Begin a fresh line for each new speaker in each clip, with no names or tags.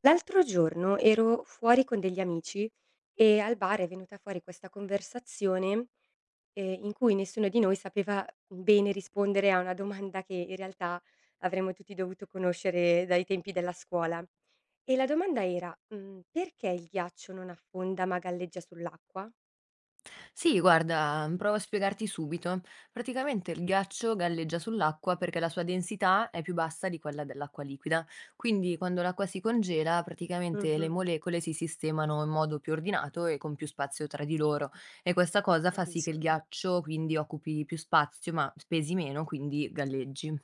L'altro giorno ero fuori con degli amici e al bar è venuta fuori questa conversazione, in cui nessuno di noi sapeva bene rispondere a una domanda che in realtà avremmo tutti dovuto conoscere dai tempi della scuola. E la domanda era: "Perché il ghiaccio non affonda ma galleggia sull'acqua?"
Sì, guarda, provo a spiegarti subito. Praticamente il ghiaccio galleggia sull'acqua perché la sua densità è più bassa di quella dell'acqua liquida. Quindi quando l'acqua si congela, praticamente le
Mh-mh,
molecole si sistemano in modo più ordinato e con più spazio tra di loro. E questa cosa fa sì che il
capisco.
ghiaccio quindi occupi più spazio, ma pesi meno, quindi galleggi.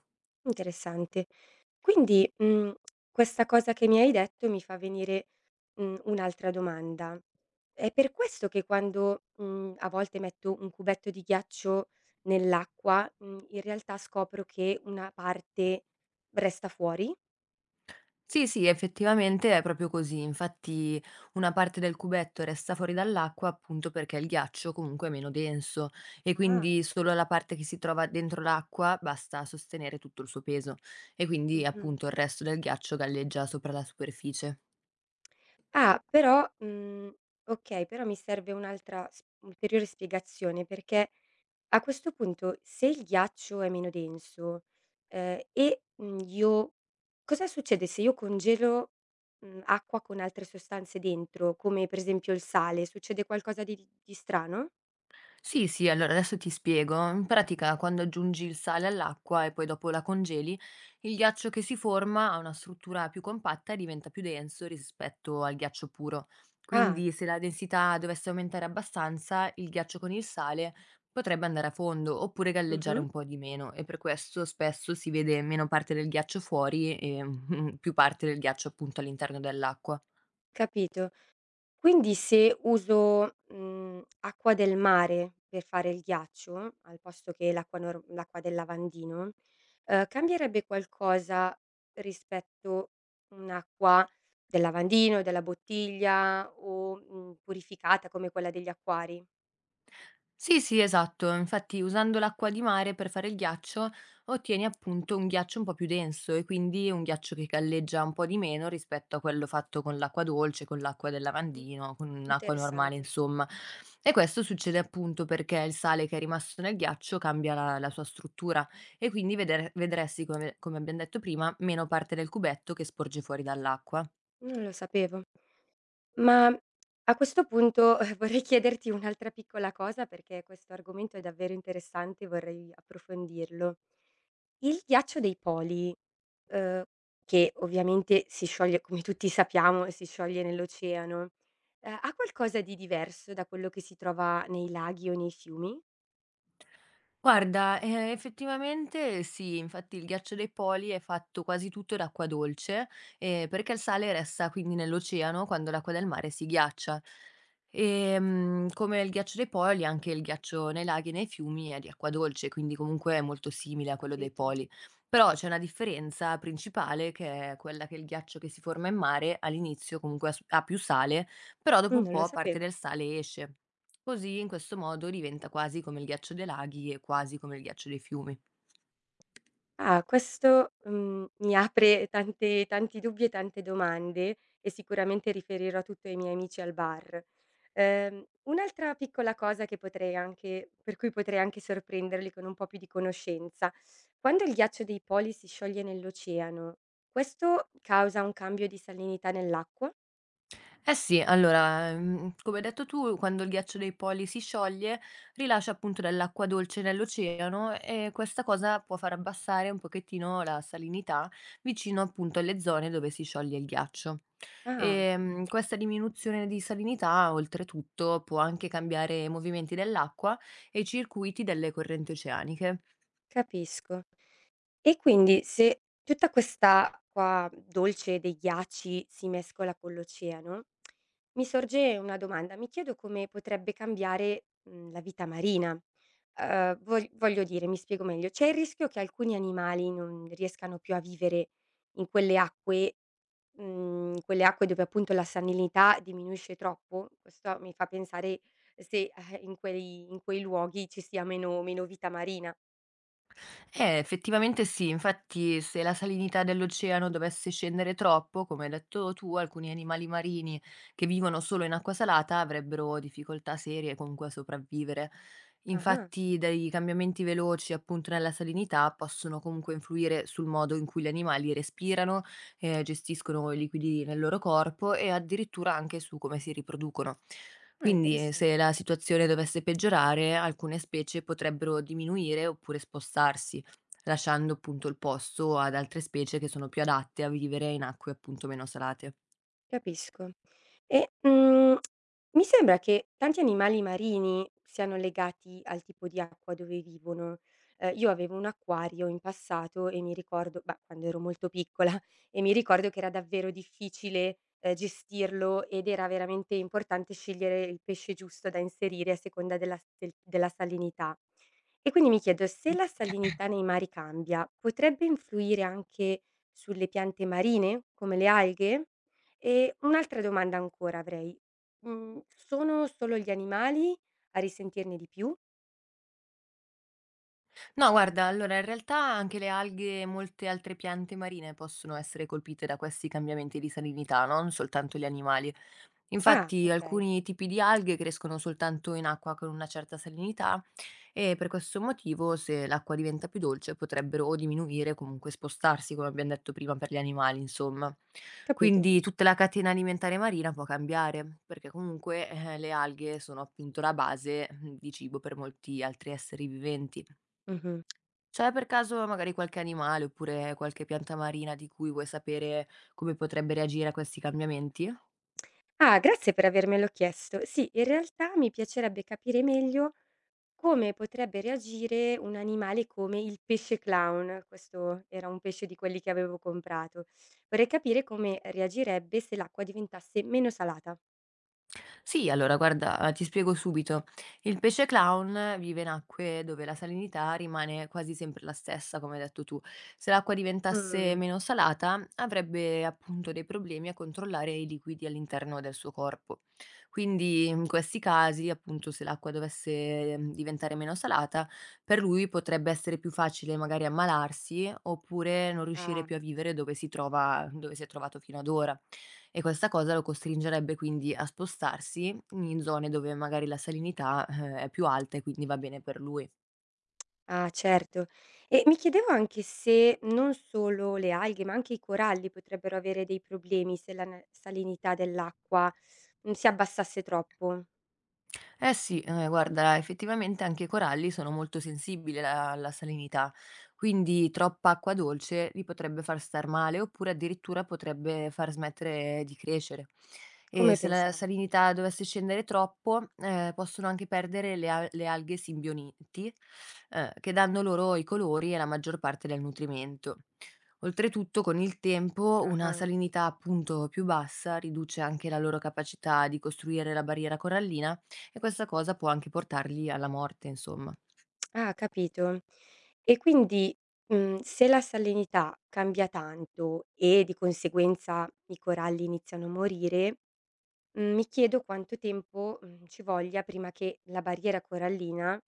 Interessante. Quindi, questa cosa che mi hai detto mi fa venire, un'altra domanda. È per questo che quando, a volte metto un cubetto di ghiaccio nell'acqua, in realtà scopro che una parte resta fuori?
Sì, sì, effettivamente è proprio così. Infatti una parte del cubetto resta fuori dall'acqua appunto perché il ghiaccio comunque è meno denso e
Ah,
quindi solo la parte che si trova dentro l'acqua basta sostenere tutto il suo peso e quindi
mh-mh.
appunto il resto del ghiaccio galleggia sopra la superficie.
Ah, però okay, però mi serve un'altra s ulteriore spiegazione, perché a questo punto, se il ghiaccio è meno denso, e, io cosa succede se io congelo, acqua con altre sostanze dentro, come per esempio il sale, succede qualcosa di strano?
Sì, sì, allora adesso ti spiego. In pratica, quando aggiungi il sale all'acqua e poi dopo la congeli, il ghiaccio che si forma ha una struttura più compatta e diventa più denso rispetto al ghiaccio puro.
Ah,
Quindi, se la densità dovesse aumentare abbastanza, il ghiaccio con il sale potrebbe andare a fondo oppure galleggiare
mh-mh,
un po' di meno e per questo spesso si vede meno parte del ghiaccio fuori e più parte del ghiaccio appunto all'interno dell'acqua.
capito. Quindi se uso, acqua del mare per fare il ghiaccio, al posto che l'acqua nor l'acqua del lavandino, cambierebbe qualcosa rispetto un'acqua del lavandino, della bottiglia o, purificata come quella degli acquari?
Sì, sì, esatto. Infatti usando l'acqua di mare per fare il ghiaccio ottieni appunto un ghiaccio un po' più denso e quindi un ghiaccio che galleggia un po' di meno rispetto a quello fatto con l'acqua dolce, con l'acqua del
Mh,
lavandino, con acqua normale,
interessante,
insomma. E questo succede appunto perché il sale che è rimasto nel ghiaccio cambia la sua struttura e quindi vedresti, come, come abbiamo detto prima, meno parte del cubetto che sporge fuori dall'acqua.
non lo sapevo. Ma a questo punto, vorrei chiederti un'altra piccola cosa perché questo argomento è davvero interessante e vorrei approfondirlo. Il ghiaccio dei poli, uhm, che ovviamente si scioglie, come tutti sappiamo, si scioglie nell'oceano, ha qualcosa di diverso da quello che si trova nei laghi o nei fiumi?
Guarda, effettivamente sì, infatti il ghiaccio dei poli è fatto quasi tutto d'acqua dolce, perché il sale resta quindi nell'oceano quando l'acqua del mare si ghiaccia. Come il ghiaccio dei poli, anche il ghiaccio nei laghi e nei fiumi è di acqua dolce, quindi comunque è molto simile a quello dei
Capito?
poli. Però c'è una differenza principale che è quella che il ghiaccio che si forma in mare all'inizio comunque ha più sale, però dopo un
Non lo
po' parte
sapevo.
del sale esce. Così in questo modo diventa quasi come il ghiaccio dei laghi e quasi come il ghiaccio dei fiumi.
Ah, questo, mi apre tante tanti dubbi e tante domande, e sicuramente riferirò tutto ai miei amici al bar. Un'altra piccola cosa che potrei anche per cui potrei anche sorprenderli con un po' più di conoscenza: quando il ghiaccio dei poli si scioglie nell'oceano, questo causa un cambio di salinità nell'acqua?
Eh sì, allora, come hai detto tu, quando il ghiaccio dei poli si scioglie, rilascia appunto dell'acqua dolce nell'oceano e questa cosa può far abbassare un pochettino la salinità vicino appunto alle zone dove si scioglie il ghiaccio.
Ah,
E questa diminuzione di salinità, oltretutto, può anche cambiare i movimenti dell'acqua e i circuiti delle correnti oceaniche.
capisco. E quindi se tutta quest'acqua dolce dei ghiacci si mescola con l'oceano, mi sorge una domanda. Mi chiedo come potrebbe cambiare, la vita marina. Voglio dire, mi spiego meglio, c'è il rischio che alcuni animali non riescano più a vivere in quelle acque dove appunto la salinità diminuisce troppo? Questo mi fa pensare se, in quei luoghi ci sia meno vita marina.
Effettivamente sì, infatti se la salinità dell'oceano dovesse scendere troppo, come hai detto tu, alcuni animali marini che vivono solo in acqua salata avrebbero difficoltà serie comunque a sopravvivere.
Ah-ah,
Infatti, dei cambiamenti veloci appunto nella salinità possono comunque influire sul modo in cui gli animali respirano, gestiscono i liquidi nel loro corpo e addirittura anche su come si riproducono.
ah,
Quindi,
interessante.
se la situazione dovesse peggiorare, alcune specie potrebbero diminuire oppure spostarsi. Lasciando appunto il posto ad altre specie che sono più adatte a vivere in acque appunto meno salate.
Capisco. E, mi sembra che tanti animali marini siano legati al tipo di acqua dove vivono. Io avevo un acquario in passato e mi ricordo, bah, quando ero molto piccola, e mi ricordo che era davvero difficile, gestirlo, ed era veramente importante scegliere il pesce giusto da inserire a seconda della s del della salinità. E quindi mi chiedo, se la salinità nei mari cambia, potrebbe influire anche sulle piante marine, come le alghe? E un'altra domanda ancora avrei. Sono solo gli animali a risentirne di più?
No, guarda, allora in realtà anche le alghe e molte altre piante marine possono essere colpite da questi cambiamenti di salinità, non soltanto gli animali.
Ah,
Infatti
okay,
alcuni tipi di alghe crescono soltanto in acqua con una certa salinità e per questo motivo se l'acqua diventa più dolce potrebbero o diminuire o comunque spostarsi, come abbiamo detto prima, per gli animali, insomma.
capito.
Quindi tutta la catena alimentare marina può cambiare, perché comunque le alghe sono appunto la base di cibo per molti altri esseri viventi.
Mh-mh.
C'è per caso magari qualche animale oppure qualche pianta marina di cui vuoi sapere come potrebbe reagire a questi cambiamenti?
Ah, grazie per avermelo chiesto. Sì, in realtà mi piacerebbe capire meglio come potrebbe reagire un animale come il pesce clown. Questo era un pesce di quelli che avevo comprato. Vorrei capire come reagirebbe se l'acqua diventasse meno salata.
Sì, allora guarda, ti spiego subito. Il pesce clown vive in acque dove la salinità rimane quasi sempre la stessa, come hai detto tu. Se l'acqua diventasse
Mh,
meno salata, avrebbe appunto dei problemi a controllare i liquidi all'interno del suo corpo. Quindi in questi casi, appunto, se l'acqua dovesse diventare meno salata, per lui potrebbe essere più facile magari ammalarsi oppure non riuscire
ah.
più a vivere dove si trova, dove si è trovato fino ad ora. E questa cosa lo costringerebbe quindi a spostarsi in zone dove magari la salinità, è più alta e quindi va bene per lui.
Ah, certo. E mi chiedevo anche se non solo le alghe, ma anche i coralli potrebbero avere dei problemi se la salinità dell'acqua, si abbassasse troppo,
Eh sì, guarda, effettivamente anche i coralli sono molto sensibili alla salinità, quindi troppa acqua dolce li potrebbe far star male oppure addirittura potrebbe far smettere di crescere. E
come
se la
pensavo.
salinità dovesse scendere troppo, possono anche perdere le alghe simbioniti, che danno loro i colori e la maggior parte del nutrimento. Oltretutto, con il tempo, una
Ah,
salinità appunto più bassa riduce anche la loro capacità di costruire la barriera corallina e questa cosa può anche portarli alla morte, insomma.
ah, capito. E quindi, se la salinità cambia tanto e di conseguenza i coralli iniziano a morire, mi chiedo quanto tempo, ci voglia prima che la barriera corallina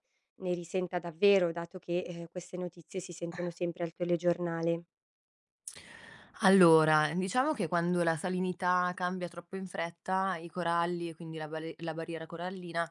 ne risenta davvero, dato che, queste notizie si sentono sempre al telegiornale.
Allora, diciamo che quando la salinità cambia troppo in fretta, i coralli e quindi la barriera corallina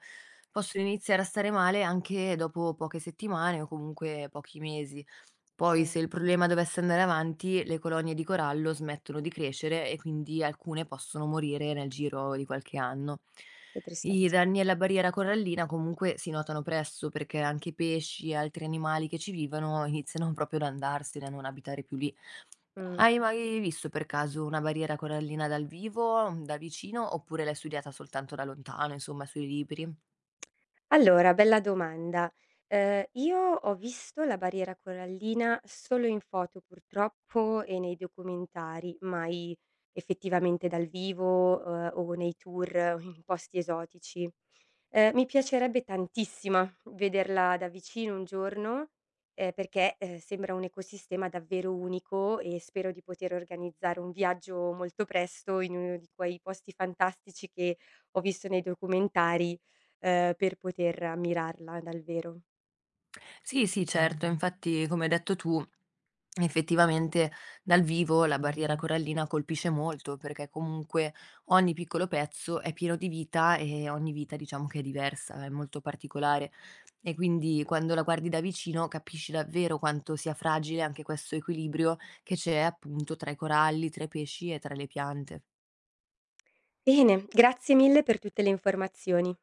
possono iniziare a stare male anche dopo poche settimane o comunque pochi mesi. Poi, se
Eh,
il problema dovesse andare avanti, le colonie di corallo smettono di crescere e quindi alcune possono morire nel giro di qualche anno.
che
I
tristezza.
danni alla barriera corallina comunque si notano presto perché anche pesci e altri animali che ci vivono iniziano proprio ad andarsene, a non abitare più lì.
Mh.
Hai mai visto per caso una barriera corallina dal vivo, da vicino, oppure l'hai studiata soltanto da lontano, insomma, sui libri?
Allora, bella domanda. Io ho visto la barriera corallina solo in foto, purtroppo, e nei documentari, mai effettivamente dal vivo, o nei tour o in posti esotici. Mi piacerebbe tantissima vederla da vicino un giorno, perché, sembra un ecosistema davvero unico, e spero di poter organizzare un viaggio molto presto in uno di quei posti fantastici che ho visto nei documentari, per poter ammirarla dal vero.
Sì, sì, certo, infatti, come hai detto tu, effettivamente dal vivo la barriera corallina colpisce molto perché comunque ogni piccolo pezzo è pieno di vita e ogni vita diciamo che è diversa, è molto particolare e quindi quando la guardi da vicino capisci davvero quanto sia fragile anche questo equilibrio che c'è appunto tra i coralli, tra i pesci e tra le piante.
Bene, grazie mille per tutte le informazioni.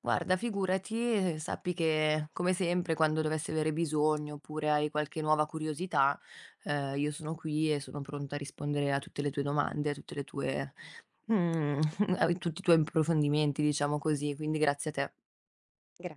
Guarda, figurati, sappi che come sempre quando dovessi avere bisogno oppure hai qualche nuova curiosità, io sono qui e sono pronta a rispondere a tutte le tue domande, a tutte le tue, mm, a tutti i tuoi approfondimenti, diciamo così, quindi grazie a te.
Gra